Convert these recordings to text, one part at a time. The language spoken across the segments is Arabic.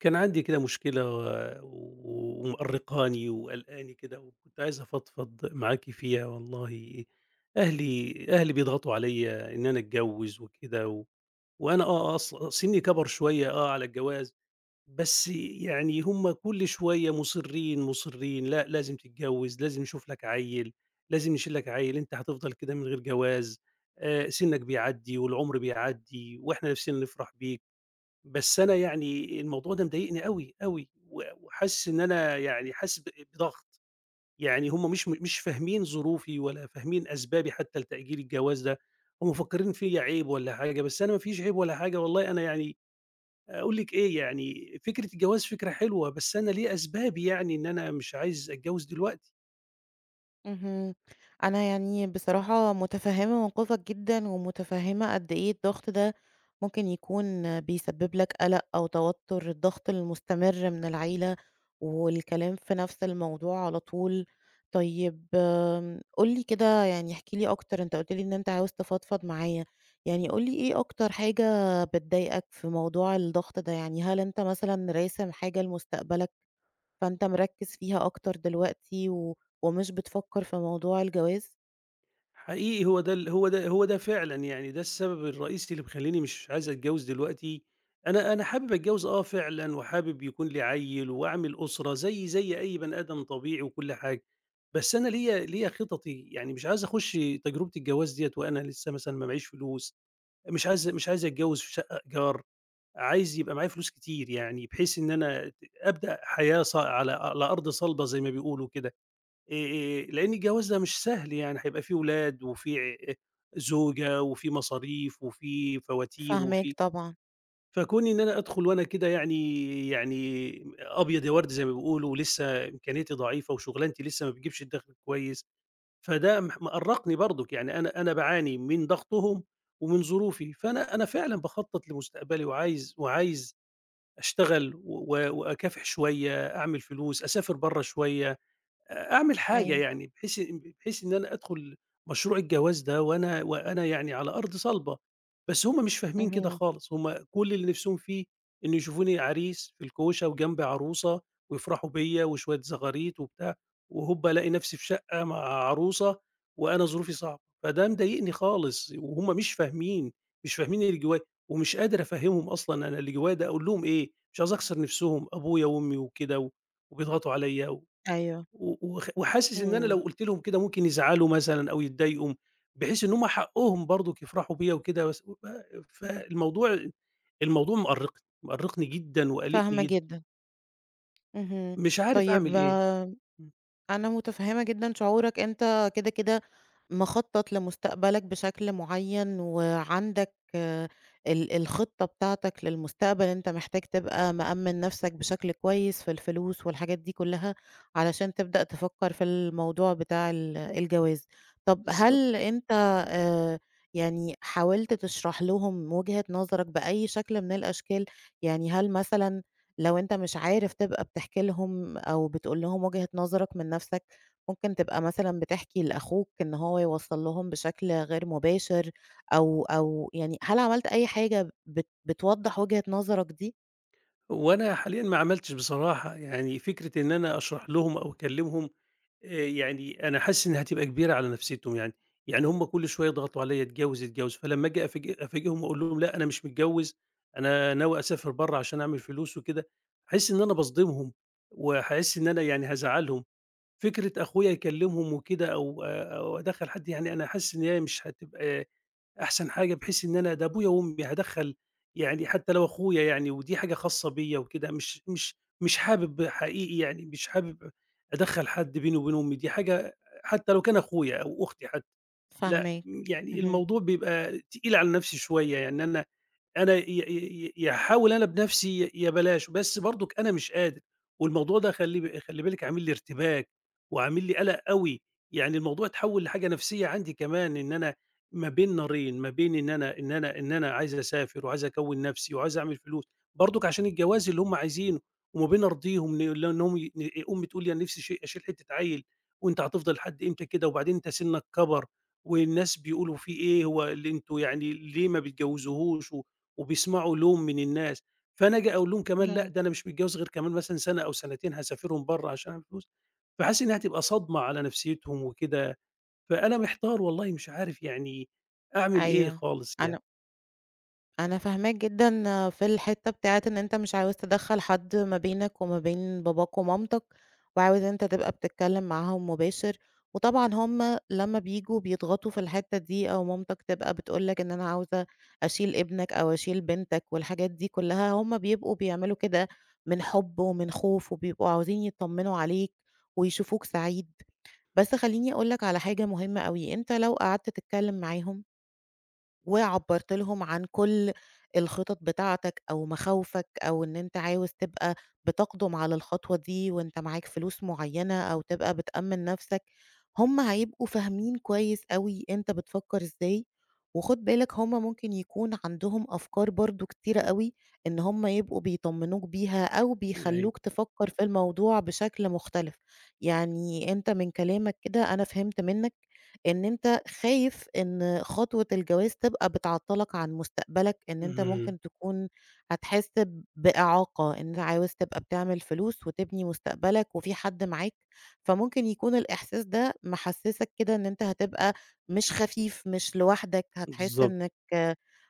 كان عندي كده مشكلة و و ومأرّقاني وقلقاني كده، وكنت عايز أفضفض معاكِ فيها والله. أهلي بيضغطوا عليّا إن أنا أتجوّز وكده وأنا آه، آه، أص سِنّي كَبَر شوية على الجواز، بس يعني هم كل شوية مُصرّين، مُصرّين، لأ لازم تتجوّز، لازم نشوف لك عَيّل، لازم نشيل لك عَيّل، أنت هتفضل كده من غير جواز، سِنّك بيعدّي والعُمر بيعدّي وإحنا نِفْسنا نفرح بيك. بس أنا يعني الموضوع ده مضايقني أوي، أوي، وحاسس إن أنا يعني حاسس بضغط، يعني هم مش فاهمين ظروفي ولا فاهمين أسبابي حتى لتأجيل الجواز ده، هم مفكرين فيّا عيب والّا حاجة، بس أنا ما فيش عيب ولا حاجة والله أنا يعني أقول لِك إيه يعني فكرة الجواز فكرة حلوة، بس أنا ليه أسبابي يعني إن أنا مش عايز أتجوز دلوقتي. اهم. أنا يعني بصراحة متفهّمة موقفك جدًا، ومتفهّمة قد إيه الضغط ده ممكن يكون بيسبب لك قلق أو توتر، الضغط المستمر من العيلة، والكلام في نفس الموضوع على طول. طيب قُل لي كده يعني احكِ لي أكتر، أنت قُلت لي إن أنت عاوز تفضفض معايا، يعني قُل لي إيه أكتر حاجة بتضايقك في موضوع الضغط ده؟ يعني هل أنت مثلًا راسم حاجة لمستقبلك فأنت مركّز فيها أكتر دلوقتي و ومش بتفكّر في موضوع الجواز؟ حقيقي هو ده فعلًا يعني ده السبب الرئيسي اللي مخلّيني مش عايز أتجوّز دلوقتي، أنا حابب أتجوّز آه فعلًا وحابب يكون لي عيّل وأعمل أسرة زي أي بني آدم طبيعي وكل حاجة، بس أنا ليّا خططي، يعني مش عايز أخُش تجربة الجواز ديّة وأنا لسه مثلًا ما معيش فلوس، مش عايز أتجوّز في شقة إيجار، عايز يبقى معايا فلوس كتير يعني بحيث إن أنا أبدأ حياة على أرض صلبة زي ما بيقولوا كده. لإن الجواز ده مش سهل يعني، هيبقى في ولاد وفي زوجة وفي مصاريف وفي فواتير فاهماك طبعًا، فكوني إن أنا أدخل وأنا كده يعني يعني أبيض يا ورد زي ما بيقولوا ولسه إمكانياتي ضعيفة وشُغلانتي لسه ما بتجيبش الدخل كويس، فده مأرّقني برضُك، يعني أنا باعاني من ضغطهم ومن ظروفي، فأنا فعلًا باخطّط لمستقبلي وعايز أشتغل و و وأكافح شوية، أعمل فلوس، أسافر برّه شوية. أعمل حاجة أيوه، يعني بحيث إن أنا أدخل مشروع الجواز ده وأنا يعني على أرض صلبة، بس هم مش فاهمين كده اهم، خالص، هم كل اللي نفسهم فيه إنه يشوفوني عريس في الكوشة وجنبي عروسة ويفرحوا بيّا وشوية زغاريط وبتاع، وهوب ألاقي نفسي في شقة مع عروسة وأنا ظروفي صعبة، فده مضايقني خالص وهم مش فاهمين، مش فاهمين اللي جوايا ومش قادر أفهّمهم أصلًا أنا اللي جوايا ده أقول لهم إيه، مش عايز أخسر نفسهم أبويا وأمي وكده وبيضغطوا عليّا و أيوه، و وخ وحاسس إن أنا لو إمم، قُلت لهم كده ممكن يزعلوا مثلًا أو يتضايقوا، بحيث إن هُم حقّهم برضُك يفرحوا بيّا وكده بس ب فالموضوع مأرّقني، مأرّقني جدًا وقالقني فاهمة جدًا، جدًا، اهم، مش عارف طيب أعمل إيه. إمم، أنا متفهمة جدًا شعورك، أنت كده، كده مخطط لمستقبلك بشكل معين، وعندك آه، ال الخطة بتاعتك للمستقبل، أنت محتاج تبقى مأمن نفسك بشكل كويس في الفلوس والحاجات دي كلها، علشان تبدأ تفكر في الموضوع بتاع ال الجواز. طب بالضبط، هل أنت آآ، يعني حاولت تشرح لهم وجهة نظرك بأي شكل من الأشكال؟ يعني هل مثلًا لو أنت مش عارف تبقى بتحكي لهم أو بتقول لهم وجهة نظرك من نفسك، ممكن تبقى مثلًا بتحكي لأخوك إن هو يوصّل لهم بشكل غير مباشر أو يعني هل عملت أي حاجة بتوضّح وجهة نظرك دي؟ وأنا حاليًا ما عملتش بصراحة، يعني فكرة إن أنا أشرح لهم أو أكلّمهم يعني أنا حاسس إنها هتبقى كبيرة على نفسيتهم يعني، يعني هم كل شوية يضغطوا عليَّ اتجوّز، اتجوّز، فلمّا آجي أفاجئهم وأقول لهم لأ أنا مش متجوّز، أنا ناوي أسافر برّه عشان أعمل فلوس وكده، هاحس إن أنا باصدمهم، وهاحس إن أنا يعني هازعّلهم. فكرة أخويا يكلّمهم وكده أو أدخّل حد يعني أنا حاسس إن هي مش هتبقى أحسن حاجة بحيث إن أنا ده أبويا وأمي هادخّل يعني حتى لو أخويا يعني ودي حاجة خاصة بيّا وكده، مش حابب حقيقي يعني مش حابب أدخّل حد بيني وبين أمي، دي حاجة حتى لو كان أخويا أو أختي حتى، لأ، فاهماك. يعني اهم. الموضوع بيبقى تقيل على نفسي شوية، يعني أنا أنا ي ي ي ياحاول أنا بنفسي يا بلاش، بس برضُك أنا مش قادر، والموضوع ده خلّي بالِك عامل لي ارتباك، وعامل لي قلق أوي، يعني الموضوع اتحوّل لحاجة نفسية عندي كمان، إن أنا ما بين نارين، ما بين إن أنا عايز أسافر وعايز أكوّن نفسي وعايز أعمل فلوس، برضُك عشان الجواز اللي هم عايزينه، وما بين أرضيهم لأنهم أمي تقول لي أنا نفسي شي أشيل حتّة عيّل، وأنت هتفضل لحد إمتى كده؟ وبعدين أنت سِنّك كَبَر، والناس بيقولوا فيه إيه، هو اللي أنتم يعني ليه ما بتجوّزوهوش وبيسمعوا لوم من الناس، فأنا آجي أقول لهم كمان لأ اهم. ده أنا مش متجوز غير كمان مثلًا سنة أو سنتين هاسافرهم برّه عشان أعمل فلوس، فحاسس إنها هتبقى صدمة على نفسيتهم وكده، فأنا محتار والله مش عارف يعني أعمل إيه أيوه. خالص يعني. أنا أنا فاهماك جدًا في الحتّة بتاعة إن أنت مش عاوز تدخّل حد ما بينك وما بين باباك ومامتك، وعاوز أنت تبقى بتتكلّم معاهم مباشر، وطبعًا هُم لمّا بييجوا بيضغطوا في الحتّة دي أو مامتك تبقى بتقول لك إن أنا عاوزة أشيل ابنك أو أشيل بنتك والحاجات دي كلّها، هُم بيبقوا بيعملوا كده من حُب ومن خوف وبيبقوا عاوزين يطمّنوا عليك ويشوفوك سعيد، بس خلّيني أقول لك على حاجة مهمة أوي، أنت لو قعدت تتكلّم معاهم وعبّرت لهم عن كل الخطط بتاعتك أو مخاوفك أو إن أنت عاوز تبقى بتقدم على الخطوة دي وأنت معاك فلوس معيّنة أو تبقى بتأمّن نَفْسك، هم هيبقوا فاهمين كويس أوي أنت بتفكّر إزاي، وخُد بالك هم ممكن يكون عندهم أفكار برضه كتيرة أوي إن هم يبقوا بيطمّنوك بيها أو أيوه، بيخلّوك تفكّر في الموضوع بشكل مختلف. يعني أنت من كلامك كده أنا فهمت منّك إن أنت خايف إن خطوة الجواز تبقى بتعطّلك عن مستقبلك، إن أنت اهم، ممكن تكون هتحس بإعاقة، إن أنت عاوز تبقى بتعمل فلوس وتبني مستقبلك وفي حد معاك، فممكن يكون الإحساس ده محسّسك كده إن أنت هتبقى مش خفيف، مش لوحدك، هتحس بالضبط، إنك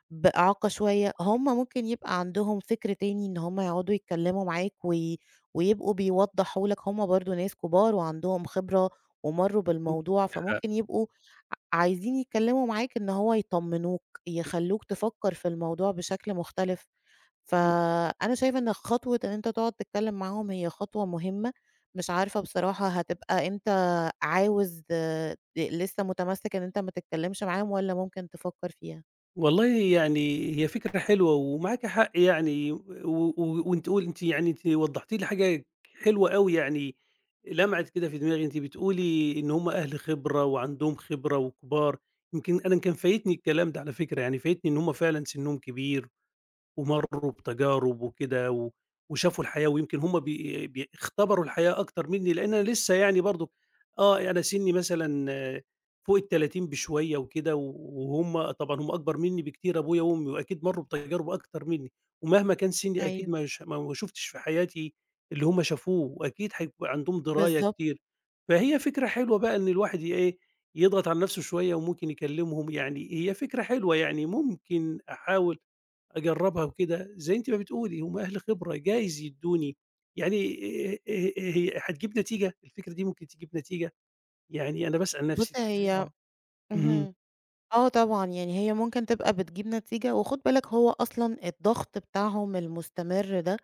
بإعاقة شوية. هم ممكن يبقى عندهم فكر تاني إن هم يقعدوا يتكلّموا معاك ويبقوا بيوضّحوا لك، هم برضه ناس كبار وعندهم خبرة ومرّوا بالموضوع، عندِك فممكن يبقوا عايزين يتكلموا معاك إن هو يطمنوك، حق. يخلّوك تفكّر في الموضوع بشكل مختلف، فأنا شايفة إن خطوة إن أنت تقعد تتكلم معاهم هي خطوة مهمة، مش عارفة بصراحة هتبقى أنت عاوز ت لسه متمسّك إن أنت ما تتكلمش معاهم والّا ممكن تفكّر فيها؟ والله يعني هي فكرة حلوة ومعاكِ حق يعني، و و وأنتِ أنتِ يعني أنتِ وضّحتِ لي حاجة حلوة أوي يعني لمعت كده في دماغي، أنتِ بتقولي إن هم أهل خبرة وعندهم خبرة وكبار، يمكن أنا كان فايتني الكلام ده على فكرة، يعني فايتني إن هم فعلًا سنّهم كبير ومرّوا بتجارب وكده وشافوا الحياة ويمكن هم بي بي اختبروا الحياة أكتر منّي، لإن أنا لسه يعني برضه أنا سِنّي مثلًا فوق ال30 بشوية وكده وهُم طبعًا هُم أكبر منّي بكتير أبويا وأمي وأكيد مرّوا بتجارب أكتر منّي، ومهما كان سِنّي أكيد أيوه. ما ش ما ما شُفتش في حياتي اللي هُم شافوه وأكيد هيبقى عندهم دراية بالضبط، كتير. فهي فكرة حلوة بقى إن الواحد إيه، يضغط على نَفْسه شوية وممكن يكلّمهم، يعني هي فكرة حلوة، يعني ممكن أحاول أجرّبها وكده، زي أنتِ ما بتقولي هم أهل خبرة جايز يدّوني، يعني هي هتجيب نتيجة؟ الفكرة دي ممكن تجيب نتيجة؟ يعني أنا باسأل بُص نَفْسي كده هي آه. اهم، اهم، آه طبعًا، يعني هي ممكن تبقى بتجيب نتيجة وخُد بالك هو أصلًا الضغط بتاعهم المستمر ده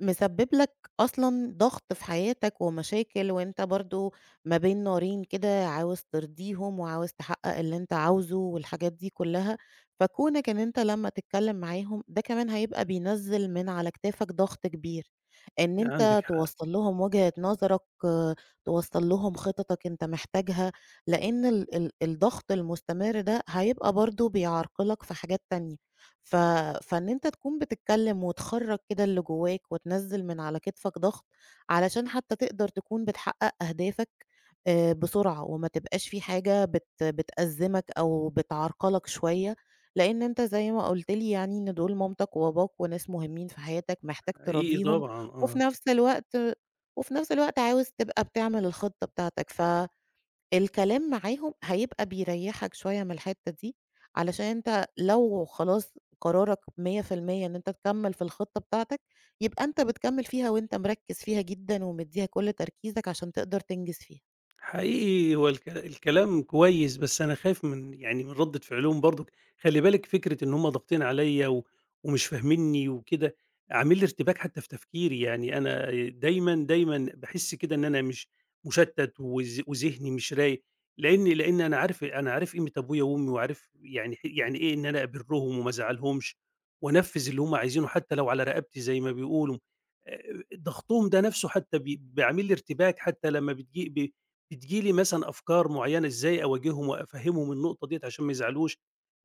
مسبب لك أصلًا ضغط في حياتك ومشاكل، وأنت برضه ما بين نارين كده عاوز ترضيهم وعاوز تحقق اللي أنت عاوزه والحاجات دي كلها، فكونك إن أنت لمّا تتكلم معاهم ده كمان هيبقى بينزّل من على كتافك ضغط كبير، إن عندِك أنت حق، توصّل لهم وجهة نظرك، آه، توصّل لهم خططك أنت محتاجها، لأن ال ال الضغط المستمر ده هيبقى برضه بيعرقلك في حاجات تانية. ف فإن أنت تكون بتتكلم وتخرّج كده اللي جواك وتنزّل من على كتفك ضغط، علشان حتى تقدر تكون بتحقق أهدافك بسرعة، وما تبقاش في حاجة بتأزّمك أو بتعرقلك شوية، لإن أنت زي ما قُلت لي يعني إن دول مامتك وباباك وناس مهمين في حياتك محتاج حقيقي تراضيهم، طبعًا، وفي آه. نفس الوقت وفي نفس الوقت عاوز تبقى بتعمل الخطة بتاعتك ف الكلام معاهم هيبقى بيريّحك شوية من الحتّة دي، علشان أنت لو خلاص قرارك 100% إن أنت تكمّل في الخطة بتاعتك، يبقى أنت بتكمّل فيها وأنت مركّز فيها جدًا ومدّيها كل تركيزك عشان تقدر تنجز فيها. حقيقي هو الكلام كويس، بس أنا خايف من يعني من ردة فعلهم برضه، خلّي بالِك فكرة إن هُم ضاغطين عليَّ ومش فاهمينّي وكده، عامل لي ارتباك حتى في تفكيري، يعني أنا دايمًا، دايمًا باحس كده إن أنا مش مشتت وذهني مش رايق، لإن أنا عارف قيمة أبويا وأمي، وعارف يعني يعني إيه إن أنا أبرّهم وما أزعّلهمش، وأنفّذ اللي هُم عايزينه حتى لو على رقبتي زي ما بيقولوا، آآ ضغطهم ده نفسه حتى بيعمل لي ارتباك، حتى لمّا بتيجي لي مثلًا أفكار معيّنة إزاي أواجههم وأفهّمهم النقطة ديّة عشان ما يزعلوش،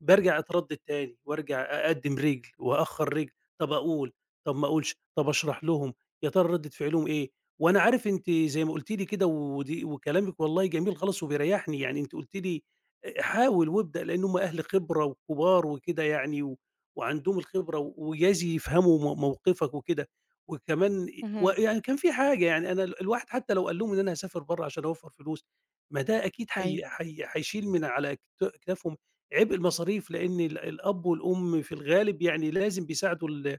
بارجع أتردد تاني وارجع أقدّم رِجل وأأخّر رِجل، طَب أقول، طَب ما أقولش، طَب أشرح لهم، يا ترى ردّة فعلهم إيه؟ وأنا عارف أنتِ زي ما قُلتِ لي كده ودي وكلامِك والله جميل خالص وبيريّحني، يعني أنتِ قُلتِ لي حاول وابدأ لإن هم أهل خبرة وكبار وكده يعني وعندهم الخبرة وجايز يفهموا موقفك وكده. وكمان اهم، ويعني كان في حاجة، يعني أنا الواحد حتى لو قال لهم إن أنا هاسافر برّه عشان أوفّر فلوس، ما ده أكيد أيوه، حي حي حيشيل من على أكتافهم عبء المصاريف، لإن الأب والأم في الغالب يعني لازم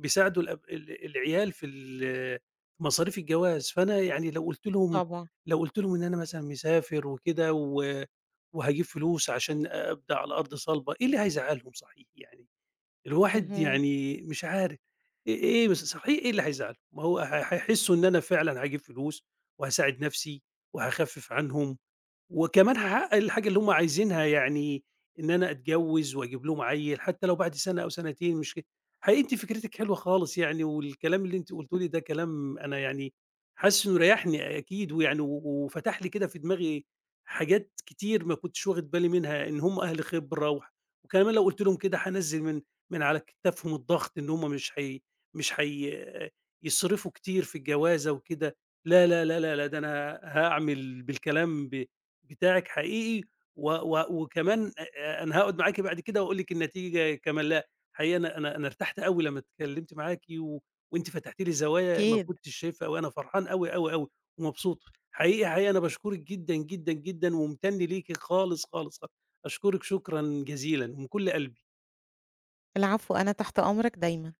بيساعدوا الأب ال العيال في مصاريف الجواز، فأنا يعني لو قُلت لهم طبعًا، لو قُلت لهم إن أنا مثلًا مسافر وكده وهاجيب فلوس عشان أبدأ على أرض صلبة، إيه اللي هيزعّلهم صحيح يعني؟ الواحد اهم. يعني مش عارف إيه إيه بس صحيح إيه اللي هيزعّله؟ ما هو هيحسّوا إن أنا فعلًا هاجيب فلوس وهاساعد نَفْسي وهاخفِّف عنهم وكمان هاحقق الحاجة اللي هم عايزينها، يعني إن أنا أتجوّز وأجيب لهم عيّل حتى لو بعد سَنة أو سَنتين مش ك حقيقي أنتِ فكرتِك حلوة خالص يعني، والكلام اللي أنتِ قُلتيه لي ده كلام أنا يعني حاسس إنه ريّحني أكيد، ويعني وفتح لي كده في دماغي حاجات كتير ما كنتش واخد بالي منها، إن هم أهل خبرة وكمان لو قُلت لهم كده هانزّل من على كتافهم الضغط إن هم مش هي مش هي يصرفوا كتير في الجوازة وكده، لا، لا، لا، لا، لا، ده أنا هاعمل بالكلام بتاعِك حقيقي و و وكمان أنا هاقعد معاكِ بعد كده وأقول لِك النتيجة كما لا، حقيقي أنا ارتحت أوي لمّا اتكلمت معاكِ وأنتِ فتحتِ لي زوايا ما أكيد، كنتش شايفها وأنا فرحان أوي، أوي، أوي ومبسوط. حقيقي، حقيقي أنا باشكرِك جدًا، جدًا، جدًا وممتن ليكِ خالص، خالص، خالص. أشكرِك شكرًا جزيلًا ومن كل قلبي. العفو، أنا تحت أمرك دايمًا.